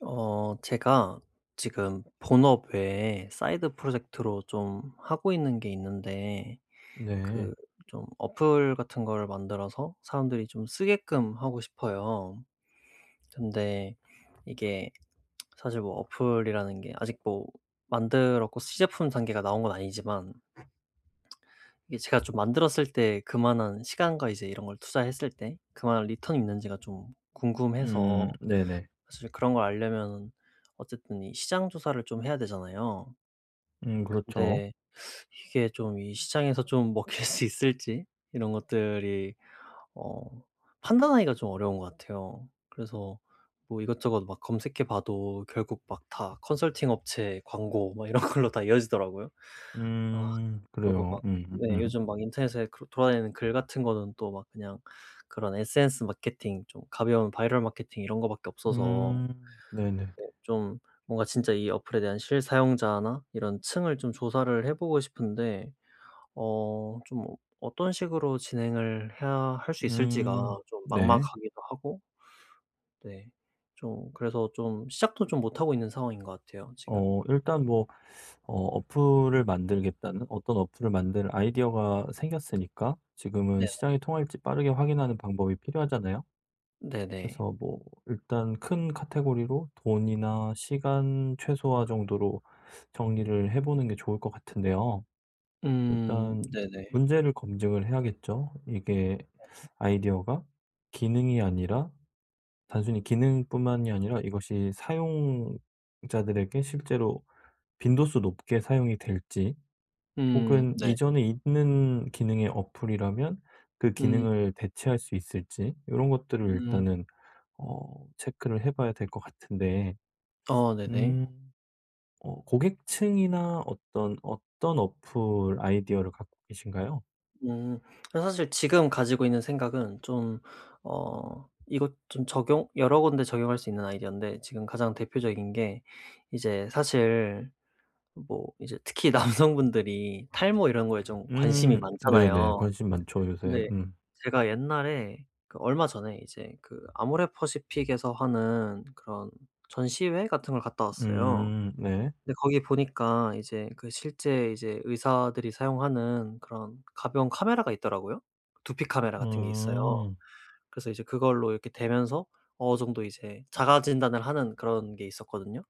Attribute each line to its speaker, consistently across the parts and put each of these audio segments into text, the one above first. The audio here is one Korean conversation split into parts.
Speaker 1: 어, 제가 지금 본업 외에 사이드 프로젝트로 좀 하고 있는 게 있는데,
Speaker 2: 네.
Speaker 1: 그 좀 어플 같은 거를 만들어서 사람들이 좀 쓰게끔 하고 싶어요. 근데 이게 사실 뭐 어플이라는 게 아직 뭐 만들었고 시제품 단계가 나온 건 아니지만, 이게 제가 좀 만들었을 때 그만한 시간과 이제 이런 걸 투자했을 때 그만한 리턴이 있는지가 좀 궁금해서.
Speaker 2: 네네.
Speaker 1: 사실 그런 걸 알려면 어쨌든 이 시장 조사를 좀 해야 되잖아요.
Speaker 2: 그렇죠.
Speaker 1: 근데 이게 좀 이 시장에서 좀 먹힐 수 있을지, 이런 것들이 어 판단하기가 좀 어려운 것 같아요. 그래서 뭐 이것저것 막 검색해 봐도 결국 막 다 컨설팅 업체 광고 막 이런 걸로 다 이어지더라고요. 아, 그리고
Speaker 2: 그래요.
Speaker 1: 막 네 요즘 막 인터넷에 그 돌아다니는 글 같은 거는 또 막 그냥 그런 SNS 마케팅, 좀 가벼운 바이럴 마케팅, 이런 거밖에 없어서
Speaker 2: 네네네.
Speaker 1: 좀 뭔가 진짜 이 어플에 대한 실사용자나 이런 층을 좀 조사를 해 보고 싶은데, 어 좀 어떤 식으로 진행을 해야 할 수 있을지가
Speaker 2: 음
Speaker 1: 좀
Speaker 2: 네.
Speaker 1: 막막하기도 하고, 네 좀 그래서 좀 시작도 좀 못하고 있는 상황인 것 같아요, 지금.
Speaker 2: 일단 뭐 어 어플을 만들겠다는 어떤 어플을 만들 아이디어가 생겼으니까 지금은
Speaker 1: 네네.
Speaker 2: 시장이 통할지 빠르게 확인하는 방법이 필요하잖아요.
Speaker 1: 네 네네.
Speaker 2: 그래서 뭐 일단 큰 카테고리로 돈이나 시간 최소화 정도로 정리를 해 보는 게 좋을 것 같은데요. 일단
Speaker 1: 네네.
Speaker 2: 문제를 검증을 해야겠죠. 이게 아이디어가 기능이 아니라 단순히 기능뿐만이 아니라 이것이 사용자들에게 실제로 빈도수 높게 사용이 될지 혹은
Speaker 1: 네.
Speaker 2: 이전에 있는 기능의 어플이라면 그
Speaker 1: 음
Speaker 2: 기능을 대체할 수 있을지 이런 것들을
Speaker 1: 음.
Speaker 2: 일단은 체크를 해봐야 될 것 같은데,
Speaker 1: 어 네네.
Speaker 2: 음, 고객층이나 어떤 어떤 어플 아이디어를 갖고 계신가요?
Speaker 1: 음. 그래서 사실 지금 가지고 있는 생각은 좀, 어 이것 좀 적용 여러 군데 적용할 수 있는 아이디어인데, 지금 가장 대표적인 게 이제 사실 뭐 이제 특히 남성분들이 탈모 이런 거에 좀 관심이
Speaker 2: 음. 네네.
Speaker 1: 많잖아요.
Speaker 2: 관심 많죠, 요새.
Speaker 1: 근데
Speaker 2: 음.
Speaker 1: 제가 옛날에 그 얼마 전에 이제 그 아모레 퍼시픽에서 하는 그런 전시회 같은 걸 갔다 왔어요.
Speaker 2: 음. 네.
Speaker 1: 근데 거기 보니까 이제 그 실제 이제 의사들이 사용하는 그런 가벼운 카메라가 있더라고요. 두피 카메라 같은 게 있어요.
Speaker 2: 음.
Speaker 1: 그래서 이제 그걸로 이렇게 대면서 어느 정도 이제 자가 진단을 하는 그런 게 있었거든요.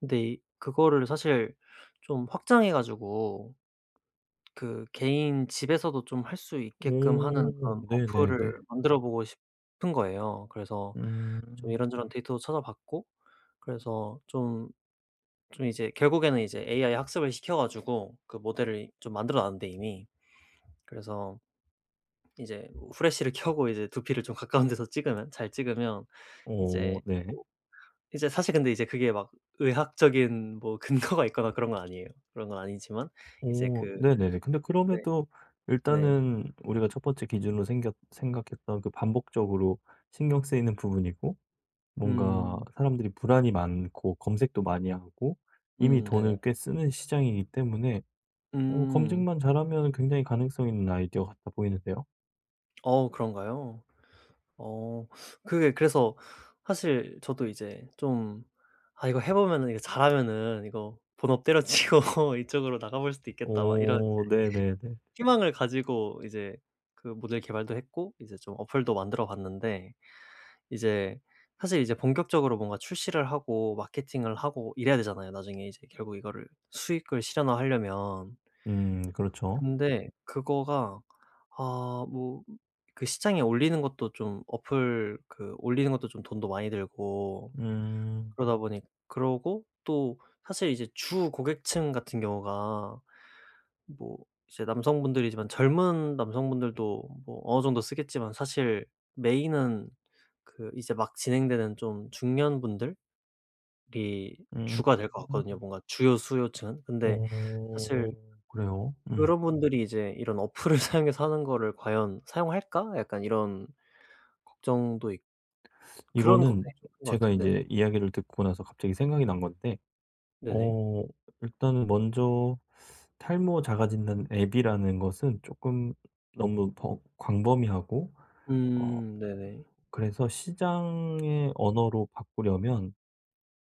Speaker 1: 근데 이 그거를 사실 좀 확장해 가지고 그 개인 집에서도 좀 할 수 있게끔 하는
Speaker 2: 오,
Speaker 1: 그런
Speaker 2: 네네네.
Speaker 1: 어플을 만들어 보고 싶은 거예요. 그래서 좀
Speaker 2: 음.
Speaker 1: 이런저런 데이터도 찾아봤고, 그래서 좀 이제 결국에는 이제 AI 학습을 시켜 가지고 그 모델을 좀 만들어 놨는데 이미. 그래서 이제 후레시를 켜고 이제 두피를 좀 가까운 데서 찍으면, 잘 찍으면 이제
Speaker 2: 오, 네.
Speaker 1: 뭐 이제 사실 근데 이제 그게 막 의학적인 뭐 근거가 있거나 그런 건 아니에요. 그런 건 아니지만 이제
Speaker 2: 오
Speaker 1: 그.
Speaker 2: 네네네. 근데
Speaker 1: 네.
Speaker 2: 그럼에도
Speaker 1: 네.
Speaker 2: 일단은 우리가 첫 번째 기준으로 생겼 생각했던 그 반복적으로 신경 쓰이는 부분이고, 뭔가
Speaker 1: 음.
Speaker 2: 사람들이 불안이 많고 검색도 많이 하고 이미
Speaker 1: 네네.
Speaker 2: 돈을 꽤 쓰는 시장이기 때문에
Speaker 1: 음.
Speaker 2: 검증만 잘하면 굉장히 가능성 있는 아이디어 같아 보이는데요.
Speaker 1: 어 그런가요? 어. 그게 그래서 사실 저도 이제 좀 '아 이거 해 보면은 이거 잘하면은 이거 본업 때려치고 이쪽으로 나가볼 수도 있겠다.' 막 이런
Speaker 2: 오 네네네.
Speaker 1: 희망을 가지고 이제 그 모델 개발도 했고 이제 좀 어플도 만들어 봤는데, 이제 사실 이제 본격적으로 뭔가 출시를 하고 마케팅을 하고 이래야 되잖아요. 나중에 이제 결국 이거를 수익을 실현화하려면.
Speaker 2: 그렇죠.
Speaker 1: 근데 그거가 아 뭐 그 시장에 올리는 것도 좀 어플 그 올리는 것도 좀 돈도 많이 들고
Speaker 2: 음.
Speaker 1: 그러다 보니, 그러고 또 사실 이제 주 고객층 같은 경우가 뭐 이제 남성분들이지만 젊은 남성분들도 뭐 어느 정도 쓰겠지만, 사실 메인은 그 이제 막 진행되는 좀 중년분들이
Speaker 2: 음.
Speaker 1: 주가 될 것 같거든요, 뭔가 주요 수요층은. 근데 사실
Speaker 2: 오, 그래요? 음.
Speaker 1: 그런 분들이 이제 '이런 어플을 사용해서 하는 거를 과연 사용할까?' 약간 이런 걱정도 있 그런
Speaker 2: 이거는
Speaker 1: 걱정이 좀 큰 것
Speaker 2: 제가
Speaker 1: 같아요. 네네.
Speaker 2: 이제 이야기를 듣고 나서 갑자기 생각이 난 건데,
Speaker 1: 네네.
Speaker 2: 어 일단 먼저 탈모 자가 진단 앱이라는 것은 조금 너무 버 광범위하고, 어
Speaker 1: 네네.
Speaker 2: 그래서 시장의 언어로 바꾸려면,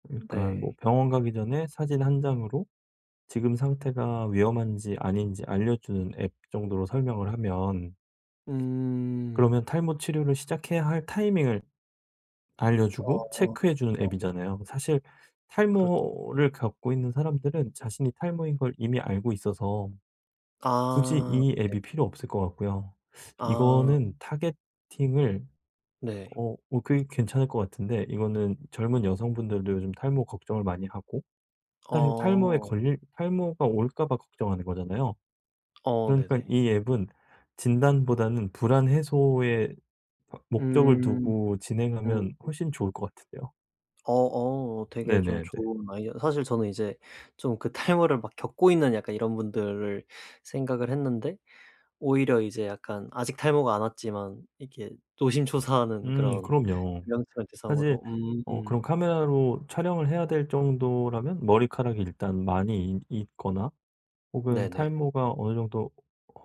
Speaker 2: 그러니까 뭐
Speaker 1: 네.
Speaker 2: 병원 가기 전에 사진 한 장으로 지금 상태가 위험한지 아닌지 알려주는 앱 정도로 설명을 하면,
Speaker 1: 음.
Speaker 2: 그러면 탈모 치료를 시작해야 할 타이밍을
Speaker 1: 어.
Speaker 2: 알려주고 체크해 주는
Speaker 1: 어
Speaker 2: 앱이잖아요. 사실
Speaker 1: 그렇죠.
Speaker 2: 탈모를 겪고 있는 사람들은 자신이 탈모인 걸 이미 알고 있어서 굳이
Speaker 1: 아.
Speaker 2: 이 앱이 필요 없을 것 같고요.
Speaker 1: 아
Speaker 2: 이거는 타겟팅을
Speaker 1: 네.
Speaker 2: 그게 괜찮을 것 같은데 이거는 젊은 여성분들도 요즘 탈모 걱정을 많이 하고, 사실 탈모에
Speaker 1: 어.
Speaker 2: 걸릴 탈모가 올까 봐 걱정하는 거잖아요.
Speaker 1: 어
Speaker 2: 그러니까
Speaker 1: 네네.
Speaker 2: 이 앱은 진단보다는 불안 해소에 목적을
Speaker 1: 음.
Speaker 2: 두고
Speaker 1: 음.
Speaker 2: 진행하면 훨씬 좋을 것 같은데요.
Speaker 1: 어어 되게 좀
Speaker 2: 네네네.
Speaker 1: 좋은 아이디어 사실 저는 이제 좀 그 탈모를 막 겪고 있는 약간 이런 분들을 생각을 했는데, 오히려 이제 약간 아직 탈모가 안 왔지만 이렇게 노심초사하는 그런
Speaker 2: 그럼요.
Speaker 1: 명칭을
Speaker 2: 사실,
Speaker 1: 대상으로.
Speaker 2: 그런
Speaker 1: 음.
Speaker 2: 카메라로 촬영을 해야 될 정도라면 머리카락이 일단 많이 있거나 혹은
Speaker 1: 네네.
Speaker 2: 탈모가 어느 정도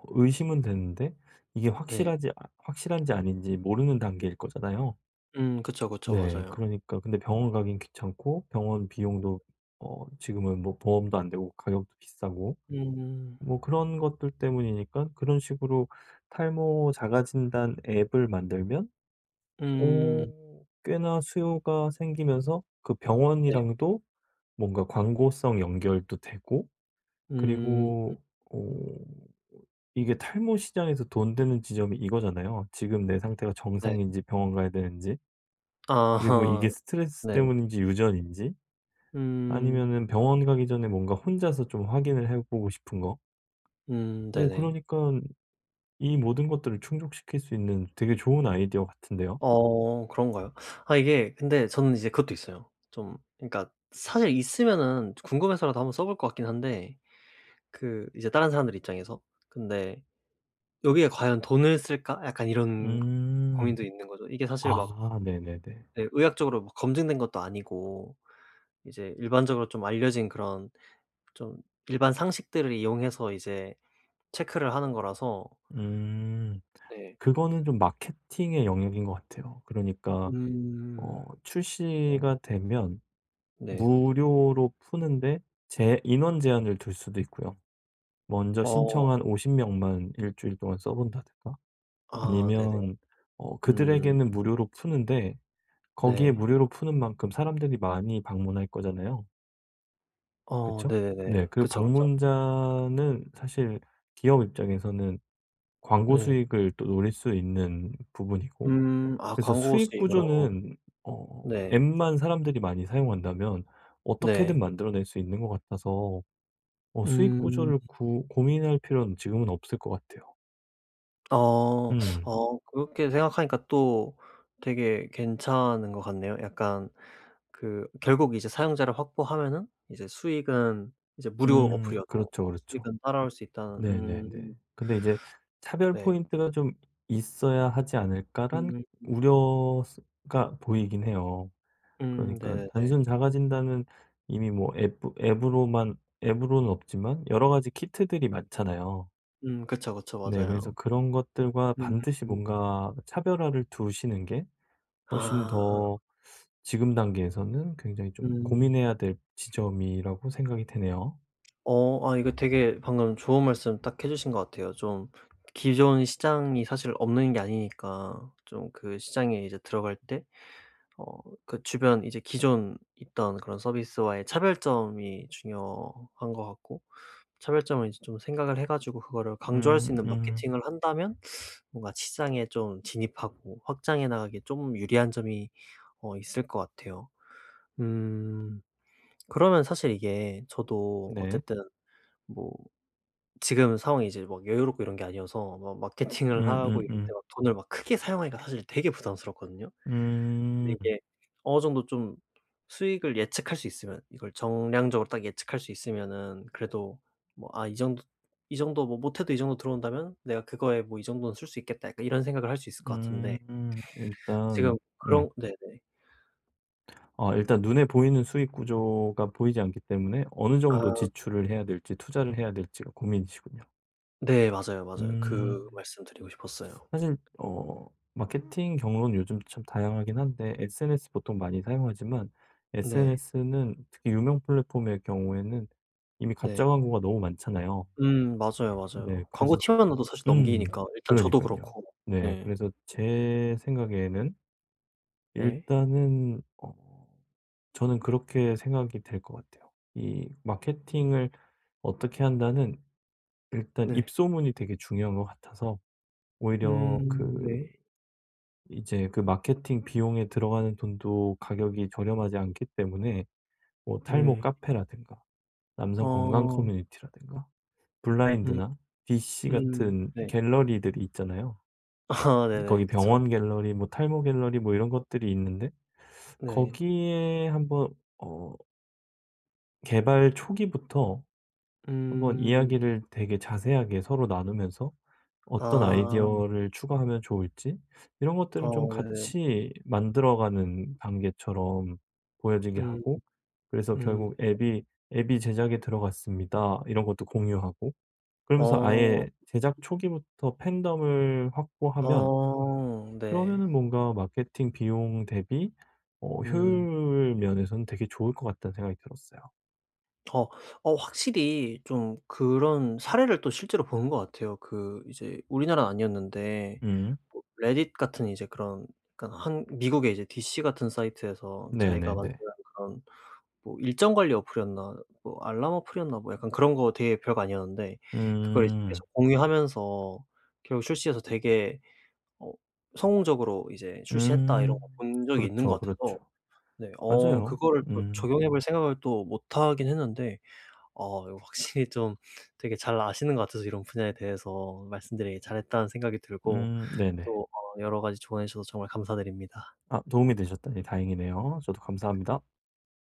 Speaker 2: 의심은 되는데 이게
Speaker 1: 네.
Speaker 2: 확실한지 아닌지 모르는 단계일 거잖아요.
Speaker 1: 그쵸, 그쵸.
Speaker 2: 네.
Speaker 1: 맞아요.
Speaker 2: 그러니까 근데 병원 가긴 귀찮고 병원 비용도 지금은 뭐 보험도 안 되고 가격도 비싸고
Speaker 1: 음.
Speaker 2: 뭐 그런 것들 때문이니까, 그런 식으로 탈모 자가 진단 앱을 만들면
Speaker 1: 음.
Speaker 2: 오, 꽤나 수요가 생기면서 그
Speaker 1: 네.
Speaker 2: 병원이랑도 뭔가 광고성 연결도 되고,
Speaker 1: 음
Speaker 2: 그리고 어 이게 탈모 시장에서 돈 되는 지점이 이거잖아요. 지금 내 상태가
Speaker 1: 네.
Speaker 2: 정상인지 병원 가야 되는지, 그리고
Speaker 1: 아하.
Speaker 2: 이게 스트레스
Speaker 1: 네.
Speaker 2: 때문인지 유전인지,
Speaker 1: 음.
Speaker 2: 아니면은 병원 가기 전에 뭔가 혼자서 좀 확인을 해 보고 싶은 거. 그러
Speaker 1: 네네.
Speaker 2: 니까 이 모든 것들을 충족시킬 수 있는 되게 좋은 아이디어 같은데요.
Speaker 1: 어 그런가요? 아 이게 근데 저는 이제 그것도 있어요. 좀 그러니까 사실 있으면은 궁금해서라도 한번 써볼 것 같긴 한데, 그 이제 다른 사람들 입장에서. 근데 '여기에 과연 돈을 쓸까?' 약간 이런
Speaker 2: 음.
Speaker 1: 고민도 있는 거죠. 이게 사실 막
Speaker 2: 아 네네네.
Speaker 1: 예 의학적으로 막 검증된 것도 아니고 이제 일반적으로 좀 알려진 그런 좀 일반 상식들을 이용해서 이제 체크를 하는 거라서.
Speaker 2: 음.
Speaker 1: 네.
Speaker 2: 그거는 좀 마케팅의 영역인 것 같아요. 그러니까
Speaker 1: 음. 네.
Speaker 2: 출시가 되면
Speaker 1: 네.
Speaker 2: 무료로 푸는데 제 인원 제한을 둘 수도 있고요. 먼저
Speaker 1: 어.
Speaker 2: 신청한 50명 명만 일 주일 동안 써 본다든가,
Speaker 1: 아 네네.
Speaker 2: 아니면
Speaker 1: 음.
Speaker 2: 그들에게는 무료로 푸는데, 거기에
Speaker 1: 네.
Speaker 2: 무료로 푸는 만큼 사람들이 많이 방문할 거잖아요.
Speaker 1: 어
Speaker 2: 그쵸?
Speaker 1: 네네네.
Speaker 2: 네. 그
Speaker 1: 그쵸, 그쵸.
Speaker 2: 방문자는 사실 기업 입장에서는 광고
Speaker 1: 네.
Speaker 2: 수익을 또 노릴 수 있는 부분이고,
Speaker 1: 음. 아
Speaker 2: 그래서
Speaker 1: 광고
Speaker 2: 수익
Speaker 1: 수익으로.
Speaker 2: 구조는 어
Speaker 1: 네.
Speaker 2: 앱만 사람들이 많이 사용한다면
Speaker 1: 네.
Speaker 2: 어떻게든 만들어낼 수 있는 것 같아서 수익
Speaker 1: 음.
Speaker 2: 구조를 구 고민할 필요는 지금은 없을 것 같아요.
Speaker 1: 어.
Speaker 2: 음.
Speaker 1: 어 그렇게 생각하니까 또 되게 괜찮은 것 같네요. 약간 그 결국 이제 사용자를 확보하면은 이제 수익은 이제 무료
Speaker 2: 음.
Speaker 1: 어플이어도
Speaker 2: 그렇죠, 그렇죠.
Speaker 1: 수익은 따라올 수 있다는.
Speaker 2: 네네네. 근데 이제 차별
Speaker 1: 네.
Speaker 2: 포인트가 좀 있어야 하지 않을까란
Speaker 1: 음.
Speaker 2: 우려가 보이긴 해요. 그러니까
Speaker 1: 네네네.
Speaker 2: 단순 자가진단은 이미 뭐 앱 앱으로만 앱으로는 없지만 여러 가지 키트들이 많잖아요.
Speaker 1: 그쵸, 그쵸.
Speaker 2: 네. 그래서
Speaker 1: 맞아요.
Speaker 2: 그런 것들과
Speaker 1: 음.
Speaker 2: 반드시
Speaker 1: 음.
Speaker 2: 뭔가 차별화를 두시는 게 훨씬
Speaker 1: 아
Speaker 2: 더 지금 단계에서는 굉장히 좀
Speaker 1: 음.
Speaker 2: 고민해야 될 지점이라고 생각이 되네요.
Speaker 1: 어 아 이거 되게 방금 좋은 말씀 딱 해 주신 것 같아요. 좀 기존 시장이 사실 없는 게 아니니까 좀 그 시장에 이제 들어갈 때 어 그 주변 이제 기존 있던 그런 서비스와의 차별점이 중요한 것 같고, 차별점을 이제 좀 생각을 해 가지고 그거를 강조할 수
Speaker 2: 음
Speaker 1: 있는
Speaker 2: 음.
Speaker 1: 마케팅을 한다면 뭔가 시장에 좀 진입하고 확장해 나가기에 좀 유리한 점이 어 있을 것 같아요. 음 그러면 사실 이게 저도
Speaker 2: 네.
Speaker 1: 어쨌든 뭐 지금 상황이 이제 막 여유롭고 이런 게 아니어서 막 마케팅을 하고 이럴
Speaker 2: 음음음.
Speaker 1: 때 막 돈을 막 크게 사용하기가 사실 되게 부담스럽거든요. 근데
Speaker 2: 음.
Speaker 1: 이게 어느 정도 좀 수익을 예측할 수 있으면, 이걸 정량적으로 딱 예측할 수 있으면은 그래도 뭐 '아 이 정도 이 정도 뭐 못해도 이 정도 들어온다면 내가 그거에 뭐 이 정도는 쓸 수 있겠다.' 약간 이런 생각을 할 수 있을 것 같은데
Speaker 2: 음. 일단
Speaker 1: 지금
Speaker 2: 음.
Speaker 1: 그런. 네네.
Speaker 2: 일단 눈에 보이는 수익 구조가 보이지 않기 때문에 어느 정도
Speaker 1: 아
Speaker 2: 지출을 해야 될지 투자를 해야 될지가 고민이시군요.
Speaker 1: 네 맞아요, 맞아요. 그
Speaker 2: 음.
Speaker 1: 말씀 드리고 싶었어요.
Speaker 2: 사실 마케팅 경로는 요즘 참 다양하긴 한데 SNS 보통 많이 사용하지만
Speaker 1: 네.
Speaker 2: SNS는 특히 유명 플랫폼의 경우에는 이미 가짜
Speaker 1: 네.
Speaker 2: 광고가 너무 많잖아요.
Speaker 1: 맞아요,
Speaker 2: 네.
Speaker 1: 맞아요. 광고
Speaker 2: 그래서
Speaker 1: 티만 나도 사실
Speaker 2: 음.
Speaker 1: 넘기니까
Speaker 2: 그
Speaker 1: 일단
Speaker 2: 러니
Speaker 1: 저도
Speaker 2: 까요
Speaker 1: 그렇고.
Speaker 2: 네.
Speaker 1: 네.
Speaker 2: 그래서 제 생각에는
Speaker 1: 네.
Speaker 2: 일단은 저는 그렇게 생각이 될 것 같아요. 이 마케팅을 어떻게 한다는, 일단
Speaker 1: 네.
Speaker 2: 입소문이 되게 중요한 것 같아서, 오히려 그
Speaker 1: 네.
Speaker 2: 이제 그 마케팅 비용에 들어가는 돈도 가격이 저렴하지 않기 때문에 뭐 탈모
Speaker 1: 네.
Speaker 2: 카페라든가 남성 건강
Speaker 1: 어
Speaker 2: 커뮤니티라든가
Speaker 1: 음
Speaker 2: 블라인드나 DC 같은
Speaker 1: 네.
Speaker 2: 갤러리들이 있잖아요.
Speaker 1: 아
Speaker 2: 거기
Speaker 1: 네네. 그쵸.
Speaker 2: 병원 갤러리, 뭐 탈모 갤러리, 뭐 이런 것들이 있는데,
Speaker 1: 네.
Speaker 2: 거기에 한번 어 개발 초기부터 한번
Speaker 1: 음.
Speaker 2: 이야기를 되게 자세하게 서로 나누면서 어떤
Speaker 1: 아.
Speaker 2: 아이디어를 추가하면 좋을지 이런 것들을 좀
Speaker 1: 어 네네.
Speaker 2: 같이 만들어가는 단계처럼 보여지게
Speaker 1: 음
Speaker 2: 하고, 그래서
Speaker 1: 음.
Speaker 2: 결국 앱이 "앱이 제작에 들어갔습니다." 이런 것도 공유하고, 그러면서
Speaker 1: 어.
Speaker 2: 아예 제작 초기부터 팬덤을 확보하면,
Speaker 1: 어 네.
Speaker 2: 그러면은 뭔가 마케팅 비용 대비
Speaker 1: 음.
Speaker 2: 효율 면에서는 되게 좋을 것 같다는 생각이 들었어요.
Speaker 1: 어 어 확실히 좀 그런 사례를 또 실제로 본 것 같아요. 그 이제 우리나라는 아니었는데
Speaker 2: 음.
Speaker 1: 뭐 레딧 같은 이제 그런 약간 한 미국의 이제 DC 같은 사이트에서 자기가 만든
Speaker 2: 네네네.
Speaker 1: 그런 뭐 일정 관리 어플이었나 뭐 알람 어플이었나 뭐 약간 그런 거 되게 별거 아니었는데, 그걸 이제
Speaker 2: 음.
Speaker 1: 계속 공유하면서 결국 출시해서 되게 어 성공적으로 이제 '출시했다.' 이런 거
Speaker 2: 음.
Speaker 1: 본 적이 있는 것
Speaker 2: 그렇죠,
Speaker 1: 같아서.
Speaker 2: 그렇죠.
Speaker 1: 네 어
Speaker 2: 맞아요.
Speaker 1: 그거를 또
Speaker 2: 음.
Speaker 1: 적용해 볼 생각을 또 못 하긴 했는데, 어 이거 확실히 좀 되게 잘 아시는 것 같아서 이런 분야에 대해서 말씀드리길 잘했다는 생각이 들고,
Speaker 2: 음. 네네.
Speaker 1: 또 어 여러 가지 조언해 주셔서 정말 감사드립니다.
Speaker 2: 아 도움이 되셨다니 다행이네요. 저도 감사합니다.